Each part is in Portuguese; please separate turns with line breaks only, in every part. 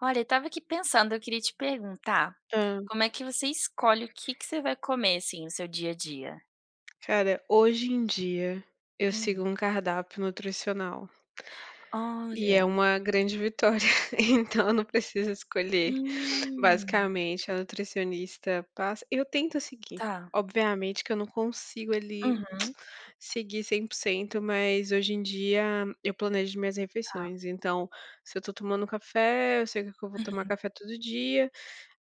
Olha, eu estava aqui pensando, eu queria te perguntar,
Hã.
como é que você escolhe o que que você vai comer, assim, no seu dia a dia?
Cara, hoje em dia eu sigo
Hum.
um cardápio nutricional e é
Olha,
uma grande vitória, então eu não preciso escolher.
hum,
Basicamente, a nutricionista passa eu tento seguir.
tá.
Obviamente que eu não consigo ali
Uhum,
seguir 100%, mas hoje em dia eu planejo minhas
tá,
refeições. Então, se eu tô tomando café, eu sei que eu vou tomar
uhum,
café todo dia.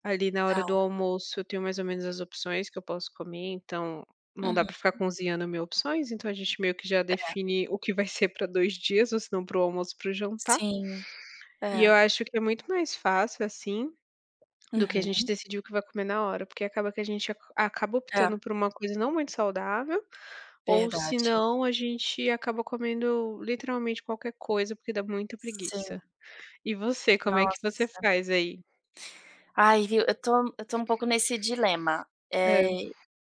Ali na
tá,
hora do almoço eu tenho mais ou menos as opções que eu posso comer, então não dá pra
uhum.
ficar cozinhando mil opções, então a gente meio que já define o que vai ser pra 2 dias, ou se não pro almoço, pro jantar.
Sim,
E eu
é,
acho que é muito mais fácil, assim, do que a gente
uhum,
decidir o que vai comer na hora, porque acaba que a gente ac acaba
é,
optando por uma coisa não muito saudável, ou se
verdade.
não a gente acaba comendo literalmente qualquer coisa, porque dá muita
Sim,
preguiça. E você, como é que você
nossa.
faz aí?
Ai, viu, eu tô um pouco nesse dilema.
Hã.
É,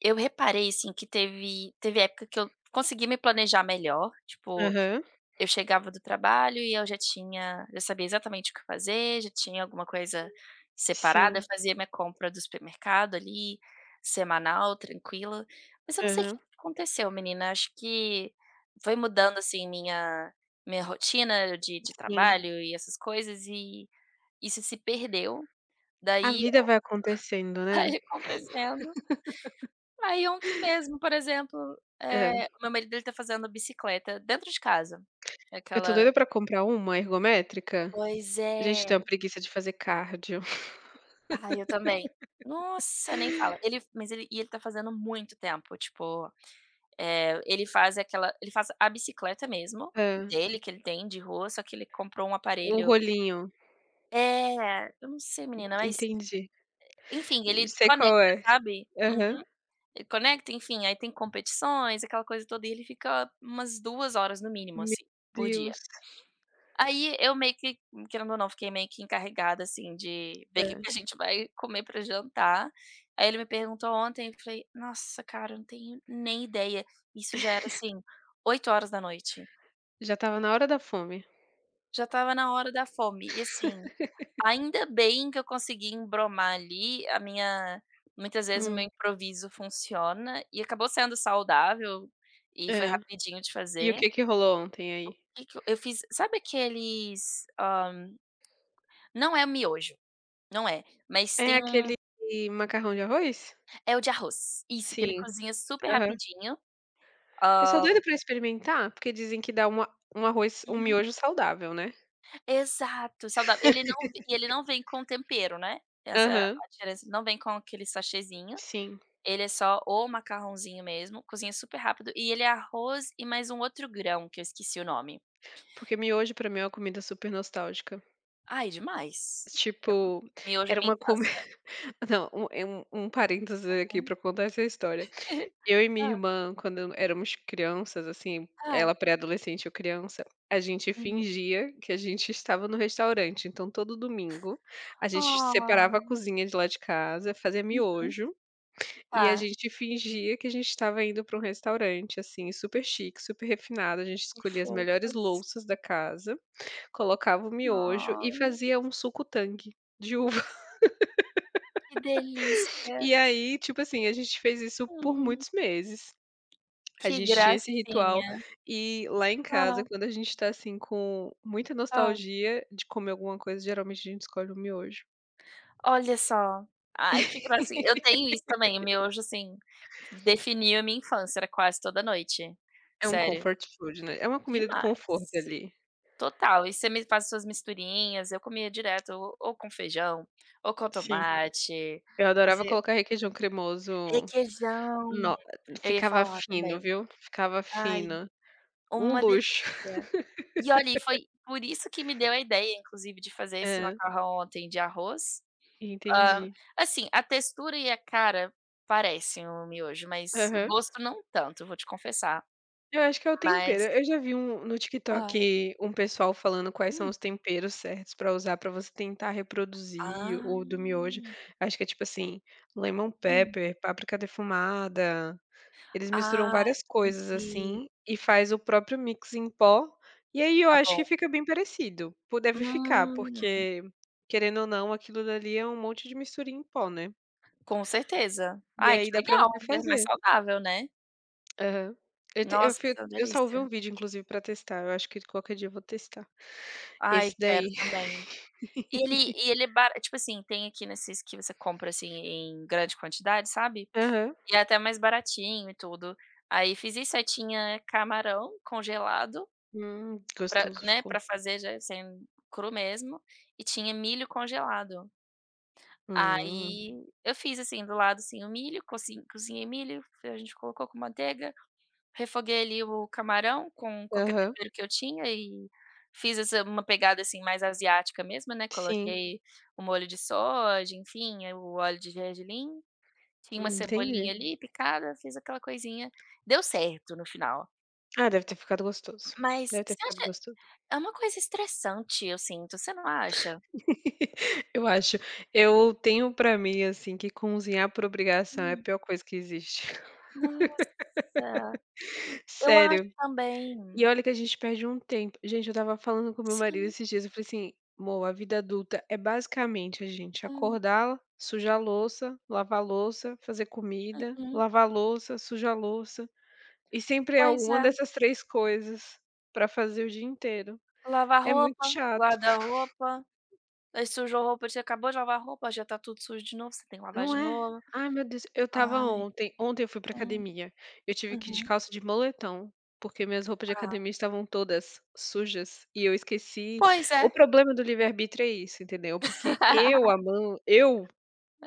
eu reparei, assim, que teve época que eu consegui me planejar melhor, tipo.
Aham.
Eu chegava do trabalho e eu já sabia exatamente o que fazer, já tinha alguma coisa separada, eu
Sim.
fazia minha compra do supermercado ali, semanal, tranquila. Mas eu não sei o que
Aham.
aconteceu, menina, acho que foi mudando, assim, minha rotina de
Sim.
trabalho e essas coisas, e isso se perdeu,
A
daí.
vida vai acontecendo, né.
Vai acontecendo. Aí ontem mesmo, por exemplo,
É.
o meu marido ele tá fazendo bicicleta dentro de casa.
Eu tô
Aquela
doida pra comprar uma ergométrica.
Pois
Gente,
é.
tenho uma preguiça de fazer cardio.
Ah, eu também. Nossa, nem fala. Ele mas ele e ele tá fazendo muito tempo, tipo, ele faz a bicicleta mesmo,
Hã.
dele, que ele tem de rua, só que ele comprou um
O
aparelho,
rolinho.
é, eu não sei menina, mas
Entendi.
enfim, ele
Sei qual
conecta,
é.
sabe.
Aham.
Uhum. Ele conecta, enfim, aí tem competições, aquela coisa toda, e ele fica umas 2 horas no mínimo,
Meu
assim, por dia.
Deus.
Aí eu meio que, querendo ou não, fiquei meio que encarregada, assim, de ver o que que a
É.
gente vai comer pra jantar. Aí ele me perguntou ontem, eu falei: "Nossa, cara, eu não tenho nem ideia." Isso já era, assim, 8 horas da noite.
Já tava na hora da fome.
Já estava na hora da fome e, assim, ainda bem que eu consegui embromar ali, a minha muitas vezes o meu
Hum.
improviso funciona e acabou sendo saudável e foi
Hã.
rapidinho de
E o
fazer.
que que rolou ontem aí?
O que que eu fiz, sabe aqueles, não é miojo. Não é, mas
É
tem um,
aquele macarrão de arroz?
é o de arroz. Isso, que ele
Sim.
cozinha super
Aham.
rapidinho.
Eu sou
Hã.
doida pra experimentar, porque dizem que dá uma um arroz um
Uhum.
miojo saudável, né.
Exato, saudável. Ele não v e ele não vem com tempero, né, essa é
Aham.
a diferença. Não vem com aquele sachêzinho,
Sim.
ele é só o macarrãozinho mesmo, cozinha super rápido e ele é arroz e mais um outro grão que eu esqueci o nome.
Porque miojo pra mim é uma comida super nostálgica.
Ai, demais. Eu
Tipo,
Miojo é
era
minha
uma comi
infância.
não, é um parênteses aqui
Uhum.
pra contar essa história. Eu e minha
Hã,
irmã, quando éramos crianças, assim, ela
hã.
pré-adolescente, eu criança, a gente
Uhum.
fingia que a gente estava no restaurante. Então, todo domingo, a gente
Ah.
separava a cozinha de lá de casa, fazia
Uhum.
miojo, e a
Tá,
gente fingia que a gente estava indo para um restaurante, assim, super chique, super refinado. A gente
que
escolhia as melhores
fofas.
louças da casa, colocava o miojo
Ah,
e fazia um suco tangue de uva.
que
E
delícia.
aí, tipo assim, a gente fez isso por
Hum,
muitos meses. A
que
gente tinha esse ritual
gracinha.
e lá em casa,
Tá,
quando a gente tá, assim, com muita
tá.
nostalgia de comer alguma coisa, geralmente a gente escolhe o miojo.
Olha só. Ai, que gracinha. Eu tenho isso também, o miojo, assim, definiu a minha infância, era quase toda noite.
É um
Sério,
comfort food, né, é uma comida do
demais.
conforto ali.
Total. E você me faz suas misturinhas, eu comia direto ou com feijão, ou com
Sim,
tomate,
eu adorava
fazia
colocar requeijão cremoso,
requeijão,
no
eu ia
ficava
falar
fino,
também.
viu, ficava
Ai,
fino, um
uma delícia.
luxo.
E olha, e foi por isso que me deu a ideia, inclusive, de fazer esse
É,
macarrão ontem de arroz. Hã,
entendi.
assim, a textura e a cara parecem o miojo, mas o
Aham.
gosto não tanto, vou te confessar.
Eu acho que é o tempero.
Mas,
Eu já vi um no
ah,
TikTok um pessoal falando quais são
hum.
os temperos certos pra usar pra você tentar reproduzir
Ah,
o do miojo. Acho que é tipo assim, lemon
hum.
pepper, páprica defumada. Eles misturam
Ah,
várias coisas
entendi.
assim e faz o próprio mix em pó. E aí eu
Tá
acho que
bom.
fica bem parecido. Pô, deve ficar,
Hum,
porque querendo ou não, aquilo dali é um monte de misturinha em pó, né.
com certeza.
E
Ai, que
aí dá pra
legal,
você
é mais
fazer.
saudável, né.
Aham. Eu te eu fui
Nossa,
eu salvei
delícia.
um vídeo inclusive pra testar, eu acho que qualquer dia eu vou testar.
Ai,
Esse
quero
daí.
também. E ele é bara tipo assim, tem aqui nesses que você compra, assim, em grande quantidade, sabe?
Aham.
E é até mais baratinho e tudo. Aí fiz isso, aí tinha camarão congelado pra,
Gostoso
né,
ficou.
pra fazer já sem cru mesmo, e tinha milho congelado.
Hum.
Aí eu fiz, assim, do lado, assim, o milho, cozinhei milho, a gente colocou com manteiga, refoguei ali o camarão com qualquer
Aham.
tempero que eu tinha e fiz essa uma pegada, assim, mais asiática mesmo, né,
Sim,
coloquei o molho de soja, enfim, aí o óleo de gergelim tinha uma
entendi.
cebolinha ali picada, fiz aquela coisinha, deu certo no final.
Ah, deve ter ficado gostoso.
Mas
Deve ter
você
ficado
acha
gostoso.
é uma coisa estressante, eu sinto, você não acha?
Eu acho. Eu tenho pra mim, assim, que cozinhar por obrigação é a
Hum,
pior coisa que existe.
nossa, eu acho
Sério. E
também.
olha que a gente perde um tempo. Gente, eu estava falando com meu marido
Sim,
esses dias, eu falei assim: "Amor, a vida adulta é basicamente a gente
hum,
acordar, sujar a louça, lavar a louça, fazer comida,
uhum.
lavar a louça, sujar a louça". E sempre é
Pois
alguma
é,
dessas 3 coisas pra fazer o dia inteiro.
lavar
É muito
roupa,
chato.
guarda-roupa, aí sujou a roupa, você acabou de lavar a roupa, já tá tudo sujo de novo, você tem que lavar
Não
de
é?
novo.
Ai, meu Deus, eu estava
Ai,
ontem eu fui pra
hum,
academia, eu tive que ir de
uhum,
calça de moletom, porque minhas roupas de
tá.
academia estavam todas sujas e eu esqueci
Pois é.
o problema do livre-arbítrio é isso, entendeu, porque eu a mão eu,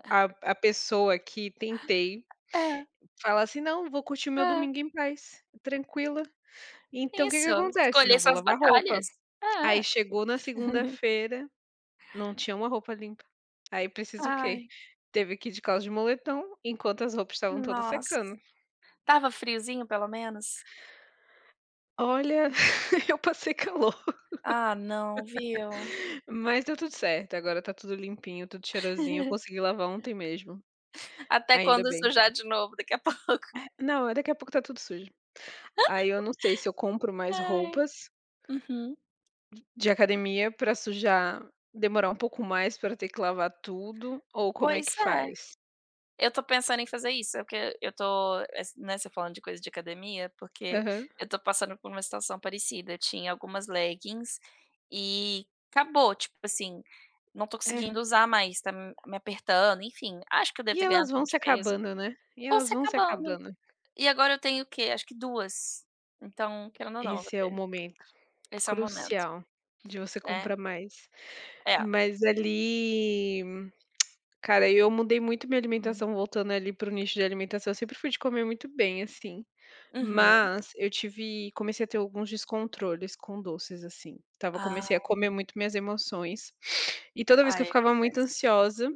a pessoa que tentei
É,
falar assim: "Não, vou curtir o meu
é,
domingo em paz, tranquila". Então o que que
isso,
acontece?
escolher
Não vou
suas
lavar roupa.
batalhas.
Aí
É.
chegou na segunda-feira não tinha uma roupa limpa. Aí precisa o quê?
Ai,
Teve que ir de calça de moletom, enquanto as roupas estavam todas
nossa.
secando.
Tava friozinho pelo menos?
Olha, eu passei calor,
Ah não, viu.
mas deu tudo certo, agora tá tudo limpinho, tudo cheirosinho, eu consegui lavar ontem mesmo,
Até
ainda
quando
bem.
sujar de novo daqui a pouco.
Não, é daqui a pouco tá tudo sujo. Aí eu não sei se eu compro mais
Ai.
roupas
Uhum.
de academia pra sujar demorar um pouco mais pra ter que lavar tudo, ou como é que
Pois é.
faz?
Eu tô pensando em fazer isso, porque eu tô, es né, você falando de coisa de academia, porque
Aham.
eu tô passando por uma situação parecida. Eu tinha algumas leggings e acabou, tipo assim, não tô
É.
conseguindo usar mais, tá me apertando, enfim. Acho que eu devo
E
ter ganhado
elas
um
vão
pouco
se
de peso.
acabando, né, e
Tô
elas
se
vão se
acabando.
acabando.
E agora eu tenho o quê? Acho que duas. Então, querendo ou não,
Esse é o momento
esse é o momento,
crucial de você
né.
comprar mais.
É.
Mas ali cara, eu mudei muito minha
Uhum.
alimentação voltando ali para o nicho de alimentação, eu sempre fui de comer muito bem, assim,
Uhum.
mas eu tive comecei a ter alguns descontroles com doces, assim, Tava,
Ah,
comecei a comer muito minhas emoções, e toda vez que eu
aí
ficava muito
acontece.
ansiosa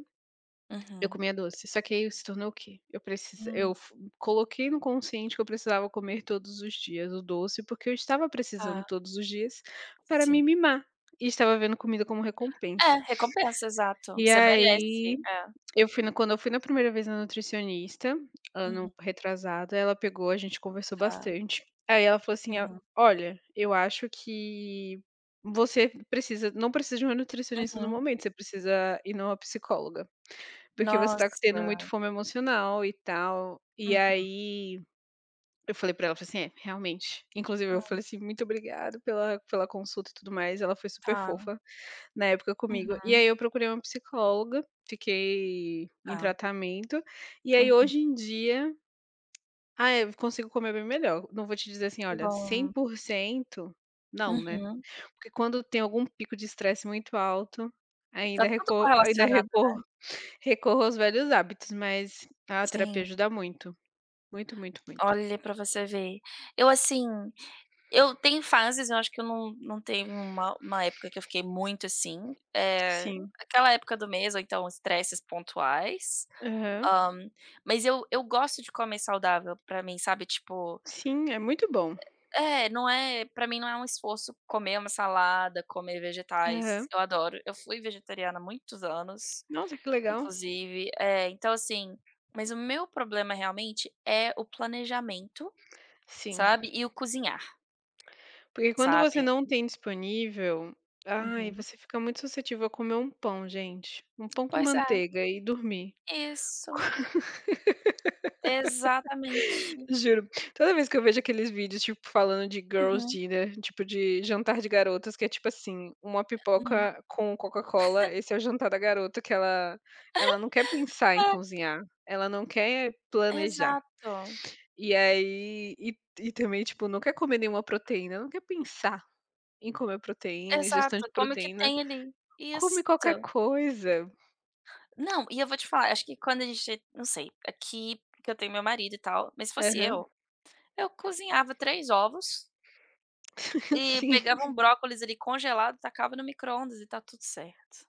eu
Uhum.
comia doce, só que aí se tornou o quê? Eu precisa eu
Hum,
f coloquei no consciente que eu precisava comer todos os dias o doce, porque eu estava precisando
tá,
todos os dias para me
sim.
mimar, e estava vendo comida como recompensa.
É, recompensa, exato.
E
Você
aí,
merece, é.
eu fui na quando eu fui na primeira vez na nutricionista,
Uhum,
ano retrasado, ela pegou, a gente conversou
tá.
bastante, aí ela falou assim: "Ah,
Uhum,
olha, eu acho que você precisa não precisa de uma nutricionista no
uhum.
momento, você precisa ir numa psicóloga". Porque você tá tendo
Nossa.
muito fome emocional e tal. E
Uhum.
aí, eu falei pra ela, falei assim: "É, realmente". Inclusive eu
Ah,
falei assim: "Muito obrigado pela consulta e tudo mais". Ela foi super
tá.
fofa na época comigo. E
Uhum,
aí eu procurei uma psicóloga, fiquei em
tá.
tratamento, e aí
Uhum,
hoje em dia ah, eu consigo comer bem melhor. Não vou te dizer assim:
que
"Olha, cem
bom.
por cento não, né.
Uhum.
Porque quando tem algum pico de estresse muito alto,
Tá
ainda
tudo
recor ainda
correlacionado.
recorro Recorro aos velhos hábitos, mas a terapia
Sim,
ajuda muito. Muito, muito, muito.
olha, pra você ver. Eu assim Eu tenho fases, eu acho que eu não teve uma época que eu fiquei muito assim, é
Sim.
aquela época do mês ou então estresses pontuais,
Aham.
hã, mas eu gosto de comer saudável pra mim, sabe, tipo
Sim, é muito bom.
é, não é pra mim não é um esforço comer uma salada, comer vegetais,
Aham.
eu adoro. Eu fui vegetariana há muitos anos,
Nossa, que legal.
inclusive, então assim, mas o meu problema realmente é o planejamento,
Sim.
sabe, e o cozinhar,
Porque quando você
sabe.
não tem disponível, ai,
Uhum.
você fica muito suscetível a comer um pão, gente. Um pão com
Pois é.
manteiga e dormir.
Isso, exatamente.
Juro, toda vez que eu vejo aqueles vídeos, tipo, falando de girls
Uhum,
dinner, tipo de jantar de garotas, que é tipo assim, uma
uhum.
pipoca com Coca-Cola, esse é o jantar da garota que ela não quer pensar em cozinhar, ela não quer
É,
planejar.
exato,
E aí e também, tipo, não quer comer nenhuma proteína, não quer pensar em comer proteína, ingestão de
exato, como que
proteína,
tem ali
come
isso.
qualquer coisa.
Não, e eu vou te falar, acho que quando a gente não sei, aqui que eu tenho meu marido e tal, mas se fosse
Aham,
eu cozinhava 3 ovos e
sim.
pegava um brócolis ali congelado, tacava no micro-ondas e tá tudo certo,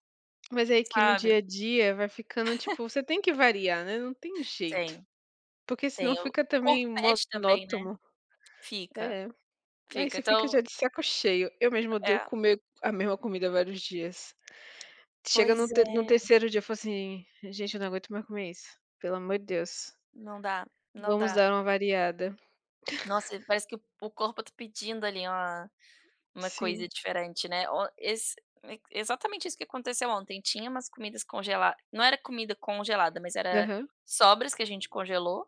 Mas é que no dia
sabe.
a dia vai ficando, tipo, você tem que variar, né, não tem jeito.
Tem,
Porque senão
tem, o
fica
o corpo
também
pede também, né.
monótono.
Fica,
É, aí
fica,
você fica
então
já de saco cheio. Eu mesma odeio
é,
comer a mesma comida vários dias. Chega no
pois
te no
é,
terceiro dia, eu falo assim: "Gente, eu não aguento mais comer isso, pelo amor de Deus,
não dá, não
vamos
dá.
dar uma variada".
Nossa, parece que o corpo tá pedindo ali uma
Sim.
coisa diferente, né. O esse e exatamente isso que aconteceu ontem, tinha umas comidas congeladas não era comida congelada, mas era
Aham,
sobras que a gente congelou,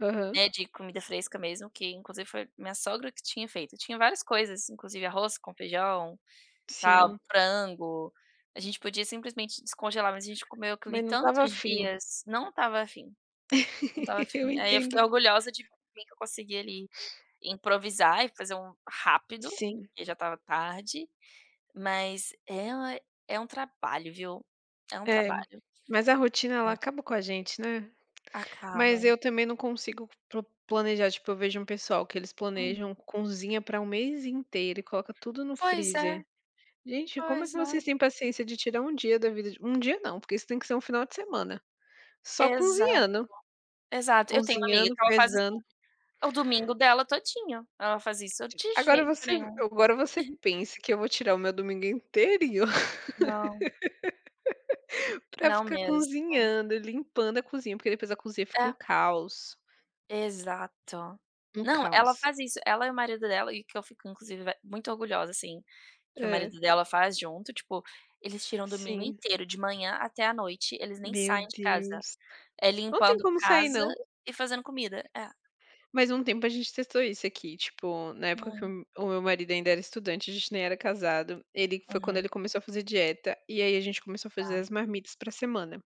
aham.
né, de comida fresca mesmo, que inclusive foi minha sogra que tinha feito. Tinha várias coisas, inclusive arroz com feijão, tal,
Sim,
frango, a gente podia simplesmente descongelar, mas a gente comeu aquilo ali
mas não estava
tantos
afim.
dias, não estava afim, não estava
Eu
afim. Aí eu
entendo.
fiquei orgulhosa de mim que eu consegui ali improvisar e fazer um rápido,
Sim.
porque já estava tarde, mas é uma é um trabalho, viu. É um
É,
trabalho.
mas a rotina ela
É,
acaba com a gente, né? Mas
acaba.
eu também não consigo pro planejar, tipo, eu vejo um pessoal que eles
Hum.
planejam cozinha pra um mês inteiro e coloca tudo no
Pois é,
freezer. Gente, como é
pois
que
é.
vocês têm paciência de tirar um dia da vida de um dia não, porque isso tem que ser um final de semana, só
Exato,
cozinhando,
exato. Eu tenho uma amiga
cozinhando,
que ela faz assim,
pesando.
o domingo dela todinho, ela faz isso, eu de
Agora
jeito
você
nenhum.
agora você pensa que eu vou tirar o meu domingo inteiro
Não,
pra
não
ficar
mesmo.
cozinhando, limpando a cozinha, porque depois a cozinha fica um
É,
caos,
exato.
um
Não, ela
caos.
faz isso, ela e o marido dela, e que eu fico inclusive ve muito orgulhosa, assim. Que o
É,
marido dela faz junto, tipo, eles tiram o domingo
sim.
inteiro, de manhã até à noite, eles nem
Meu
saem de casa.
Deus.
É
Não tem
limpando
como sair
casa
não.
e fazendo comida. É.
Mas um tempo a gente testou isso aqui, tipo, na época que
Hum.
o meu marido ainda era estudante, a gente nem era casado, ele foi quando ele
Uhum,
começou a fazer dieta, e aí a gente começou a fazer
tá.
as marmitas pra semana.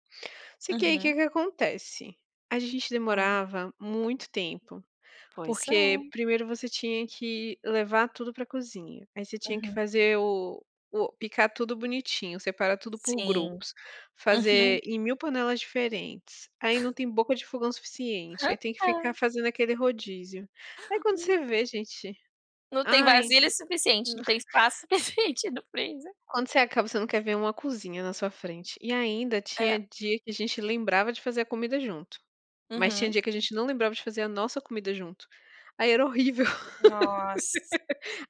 Só que aí o que
Uhum,
que acontece? A gente
tá.
demorava muito tempo
Pois
porque
é.
primeiro você tinha que levar tudo pra cozinha, aí você tinha que
Uhum.
fazer o picar tudo bonitinho, separar tudo por
Sim.
grupos,
Uhum.
fazer em 1000 panelas diferentes, aí não tem boca de fogão suficiente, aí tem que ficar
É.
fazendo aquele rodízio. Aí quando você
Hum.
vê, gente,
Não tem
ai,
vasilha suficiente, não tem espaço suficiente no freezer.
quando você acaba, você não quer ver uma cozinha na sua frente. E ainda tinha
É.
dia que a gente lembrava de fazer a comida junto, mas tinha
Uhum.
dia que a gente não lembrava de fazer a nossa comida junto, aí era horrível.
Nossa.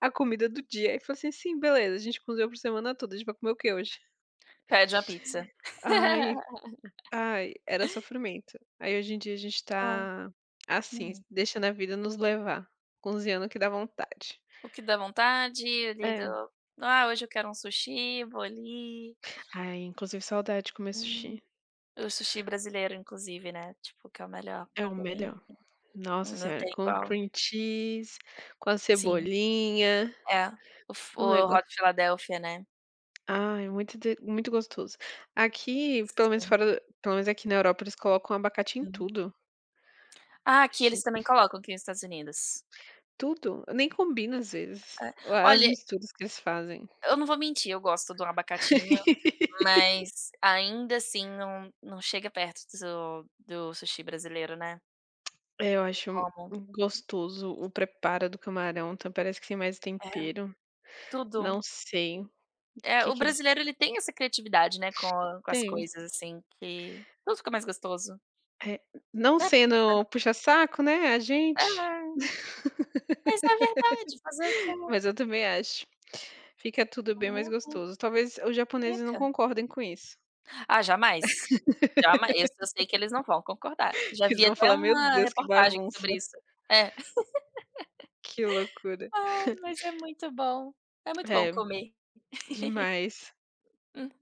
A comida do dia. Aí falou assim: "Sim, beleza, a gente cozinhou por semana toda, a gente vai comer o que hoje?"
Pede uma pizza.
Ai, ai, era sofrimento. Aí hoje em dia a gente
Ai.
tá assim,
Uhum.
deixando a vida nos levar, cozinhando o que dá vontade.
O que dá vontade, ali do:
É.
"Ah, hoje eu quero um sushi", vou ali.
Ai, inclusive saudade de comer
Hum.
sushi.
O sushi brasileiro inclusive, né, tipo que é o melhor
É o
pra
melhor.
mim,
Nossa
não
senhora,
tem
com
igual.
cream cheese, com a
Sim,
cebolinha,
é. O f
um
o hot
negócio
Philadelphia, né.
ai, muito de muito gostoso. Aqui, pelo menos
Sim,
fora do- pelo menos aqui na Europa, eles colocam abacate em
hum.
tudo.
Ah, aqui eles também colocam aqui nos Estados Unidos.
Tudo, eu nem combina às vezes, as
Olha,
misturas que eles fazem.
eu não vou mentir, eu gosto de um abacatinho, mas ainda assim não chega perto do sushi brasileiro, né. Não
É, eu
tem
acho
como.
gostoso o preparo do camarão, então parece que tem mais
É,
tempero,
tudo.
não sei o
É,
que
o
que eles
brasileiro ele tem essa criatividade, né, com as
têm.
coisas assim que tudo fica mais gostoso.
É, não
Até a pizza.
sendo puxa-saco, né, a gente,
É. Mas é verdade, fazer o quê?
mas eu também acho. Fica tudo bem mais gostoso, talvez os japoneses não
Fica.
concordem com isso.
Ah, jamais. Jamais, isso eu sei que eles não vão concordar. Já
Eles
vi
vão
até
falar: "Meu
uma
Deus, que
reportagem
bagunça,
sobre isso. É.
que loucura".
Ai, mas é muito bom. É muito bom
É,
comer.
demais.
Uhum.